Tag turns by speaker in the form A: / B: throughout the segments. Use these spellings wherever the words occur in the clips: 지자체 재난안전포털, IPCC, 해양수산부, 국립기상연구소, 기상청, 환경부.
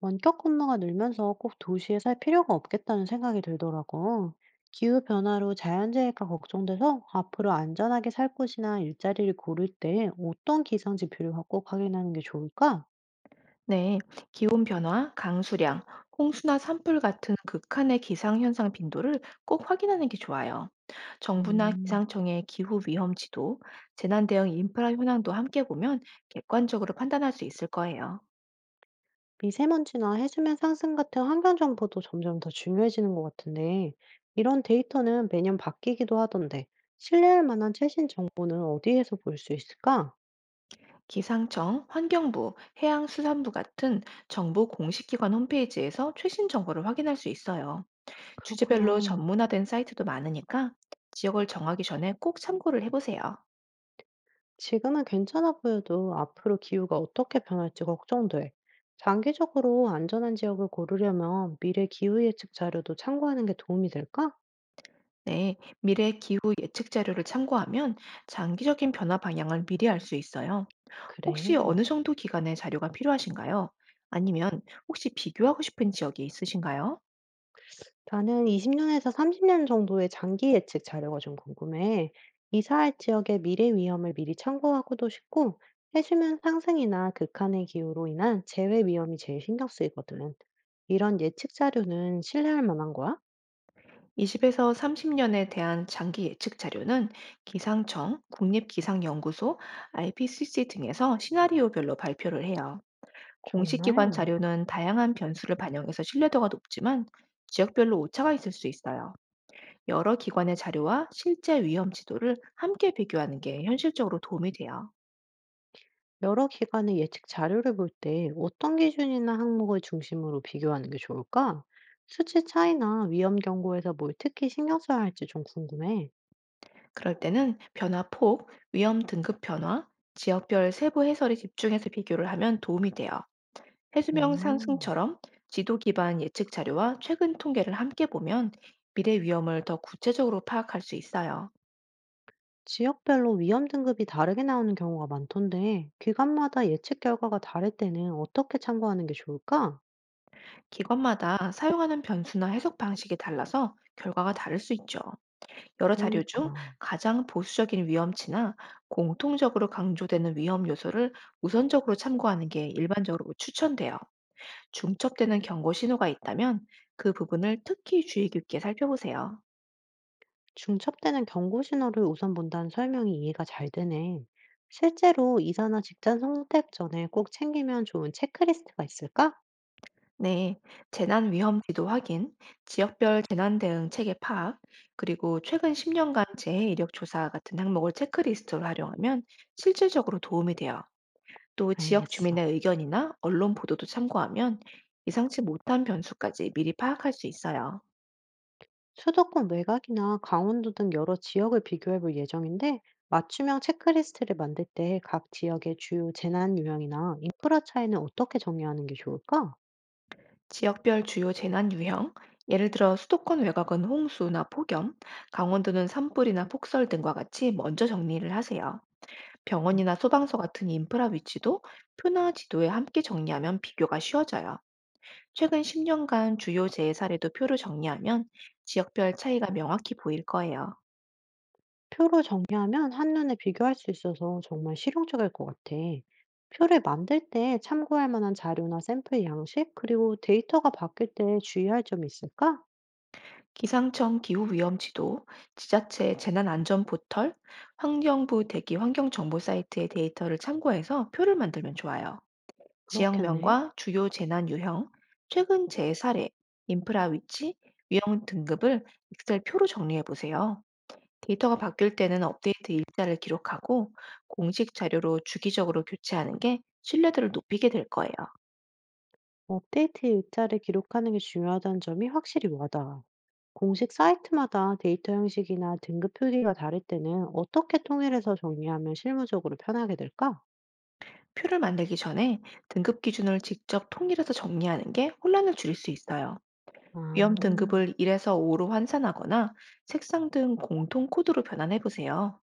A: 원격 근무가 늘면서 꼭 도시에 살 필요가 없겠다는 생각이 들더라고. 기후 변화로 자연재해가 걱정돼서 앞으로 안전하게 살 곳이나 일자리를 고를 때 어떤 기상 지표를 꼭 확인하는 게 좋을까?
B: 네, 기온 변화, 강수량, 홍수나 산불 같은 극한의 기상현상 빈도를 꼭 확인하는 게 좋아요. 정부나
A: 음,
B: 기상청의 기후 위험 지도, 재난 대응 인프라 현황도 함께 보면 객관적으로 판단할 수 있을 거예요.
A: 미세먼지나 해수면 상승 같은 환경 정보도 점점 더 중요해지는 것 같은데, 이런 데이터는 매년 바뀌기도 하던데, 신뢰할 만한 최신 정보는 어디에서 볼 수 있을까?
B: 기상청, 환경부, 해양수산부 같은 정부 공식기관 홈페이지에서 최신 정보를 확인할 수 있어요. 주제별로
A: 그렇구나.
B: 전문화된 사이트도 많으니까 지역을 정하기 전에 꼭 참고를 해보세요.
A: 지금은 괜찮아 보여도 앞으로 기후가 어떻게 변할지 걱정돼. 장기적으로 안전한 지역을 고르려면 미래 기후 예측 자료도 참고하는 게 도움이 될까?
B: 네, 미래 기후 예측 자료를 참고하면 장기적인 변화 방향을 미리 알 수 있어요.
A: 그래.
B: 혹시 어느 정도 기간의 자료가 필요하신가요? 아니면 혹시 비교하고 싶은 지역이 있으신가요?
A: 나는 20년에서 30년 정도의 장기 예측 자료가 좀 궁금해. 이사할 지역의 미래 위험을 미리 참고하고도 싶고, 해수면 상승이나 극한의 기후로 인한 재해 위험이 제일 신경 쓰이거든. 이런 예측 자료는 신뢰할 만한 거야?
B: 20에서 30년에 대한 장기 예측 자료는 기상청, 국립기상연구소, IPCC 등에서 시나리오별로 발표를 해요. 공식 기관
A: 정말?
B: 자료는 다양한 변수를 반영해서 신뢰도가 높지만 지역별로 오차가 있을 수 있어요. 여러 기관의 자료와 실제 위험 지도를 함께 비교하는 게 현실적으로 도움이 돼요.
A: 여러 기관의 예측 자료를 볼 때 어떤 기준이나 항목을 중심으로 비교하는 게 좋을까? 수치 차이나 위험 경고에서 뭘 특히 신경 써야 할지 좀 궁금해.
B: 그럴 때는 변화 폭, 위험 등급 변화, 지역별 세부 해설에 집중해서 비교를 하면 도움이 돼요. 해수면
A: 음,
B: 상승처럼 지도 기반 예측 자료와 최근 통계를 함께 보면 미래 위험을 더 구체적으로 파악할 수 있어요.
A: 지역별로 위험 등급이 다르게 나오는 경우가 많던데, 기관마다 예측 결과가 다를 때는 어떻게 참고하는 게 좋을까?
B: 기관마다 사용하는 변수나 해석 방식이 달라서 결과가 다를 수 있죠. 여러 자료 중
A: 그러니까.
B: 가장 보수적인 위험치나 공통적으로 강조되는 위험 요소를 우선적으로 참고하는 게 일반적으로 추천돼요. 중첩되는 경고 신호가 있다면 그 부분을 특히 주의 깊게 살펴보세요.
A: 중첩되는 경고 신호를 우선 본다는 설명이 이해가 잘 되네. 실제로 이사나 직장 선택 전에 꼭 챙기면 좋은 체크리스트가 있을까?
B: 네, 재난 위험 지도 확인, 지역별 재난 대응 체계 파악, 그리고 최근 10년간 재해 이력 조사 같은 항목을 체크리스트로 활용하면 실질적으로 도움이 돼요. 또 지역
A: 알겠어.
B: 주민의 의견이나 언론 보도도 참고하면 예상치 못한 변수까지 미리 파악할 수 있어요.
A: 수도권 외곽이나 강원도 등 여러 지역을 비교해 볼 예정인데, 맞춤형 체크리스트를 만들 때 각 지역의 주요 재난 유형이나 인프라 차이는 어떻게 정리하는 게 좋을까?
B: 지역별 주요 재난 유형, 예를 들어 수도권 외곽은 홍수나 폭염, 강원도는 산불이나 폭설 등과 같이 먼저 정리를 하세요. 병원이나 소방서 같은 인프라 위치도 표나 지도에 함께 정리하면 비교가 쉬워져요. 최근 10년간 주요 재해 사례도 표로 정리하면 지역별 차이가 명확히 보일 거예요.
A: 표로 정리하면 한눈에 비교할 수 있어서 정말 실용적일 것 같아. 표를 만들 때 참고할 만한 자료나 샘플 양식, 그리고 데이터가 바뀔 때 주의할 점이 있을까?
B: 기상청 기후위험지도, 지자체 재난안전포털, 환경부 대기 환경정보 사이트의 데이터를 참고해서 표를 만들면 좋아요.
A: 그렇겠네.
B: 지역명과 주요 재난 유형, 최근 재해 사례, 인프라 위치, 위험 등급을 엑셀 표로 정리해 보세요. 데이터가 바뀔 때는 업데이트 일자를 기록하고 공식 자료로 주기적으로 교체하는 게 신뢰도를 높이게 될 거예요.
A: 업데이트 일자를 기록하는 게 중요하다는 점이 확실히 와닿아. 공식 사이트마다 데이터 형식이나 등급 표기가 다를 때는 어떻게 통일해서 정리하면 실무적으로 편하게 될까?
B: 표를 만들기 전에 등급 기준을 직접 통일해서 정리하는 게 혼란을 줄일 수 있어요.
A: 아,
B: 위험 등급을 1에서 5로 환산하거나 색상 등 공통 코드로 변환해 보세요.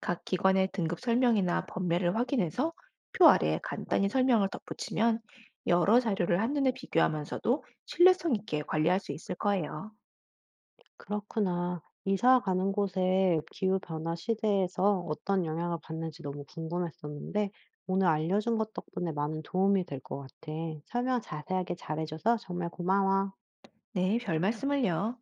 B: 각 기관의 등급 설명이나 범매를 확인해서 표 아래에 간단히 설명을 덧붙이면 여러 자료를 한눈에 비교하면서도 신뢰성 있게 관리할 수 있을 거예요.
A: 그렇구나. 이사 가는 곳에 기후 변화 시대에서 어떤 영향을 받는지 너무 궁금했었는데 오늘 알려준 것 덕분에 많은 도움이 될 것 같아. 설명 자세하게 잘해줘서 정말 고마워.
B: 네, 별 말씀을요.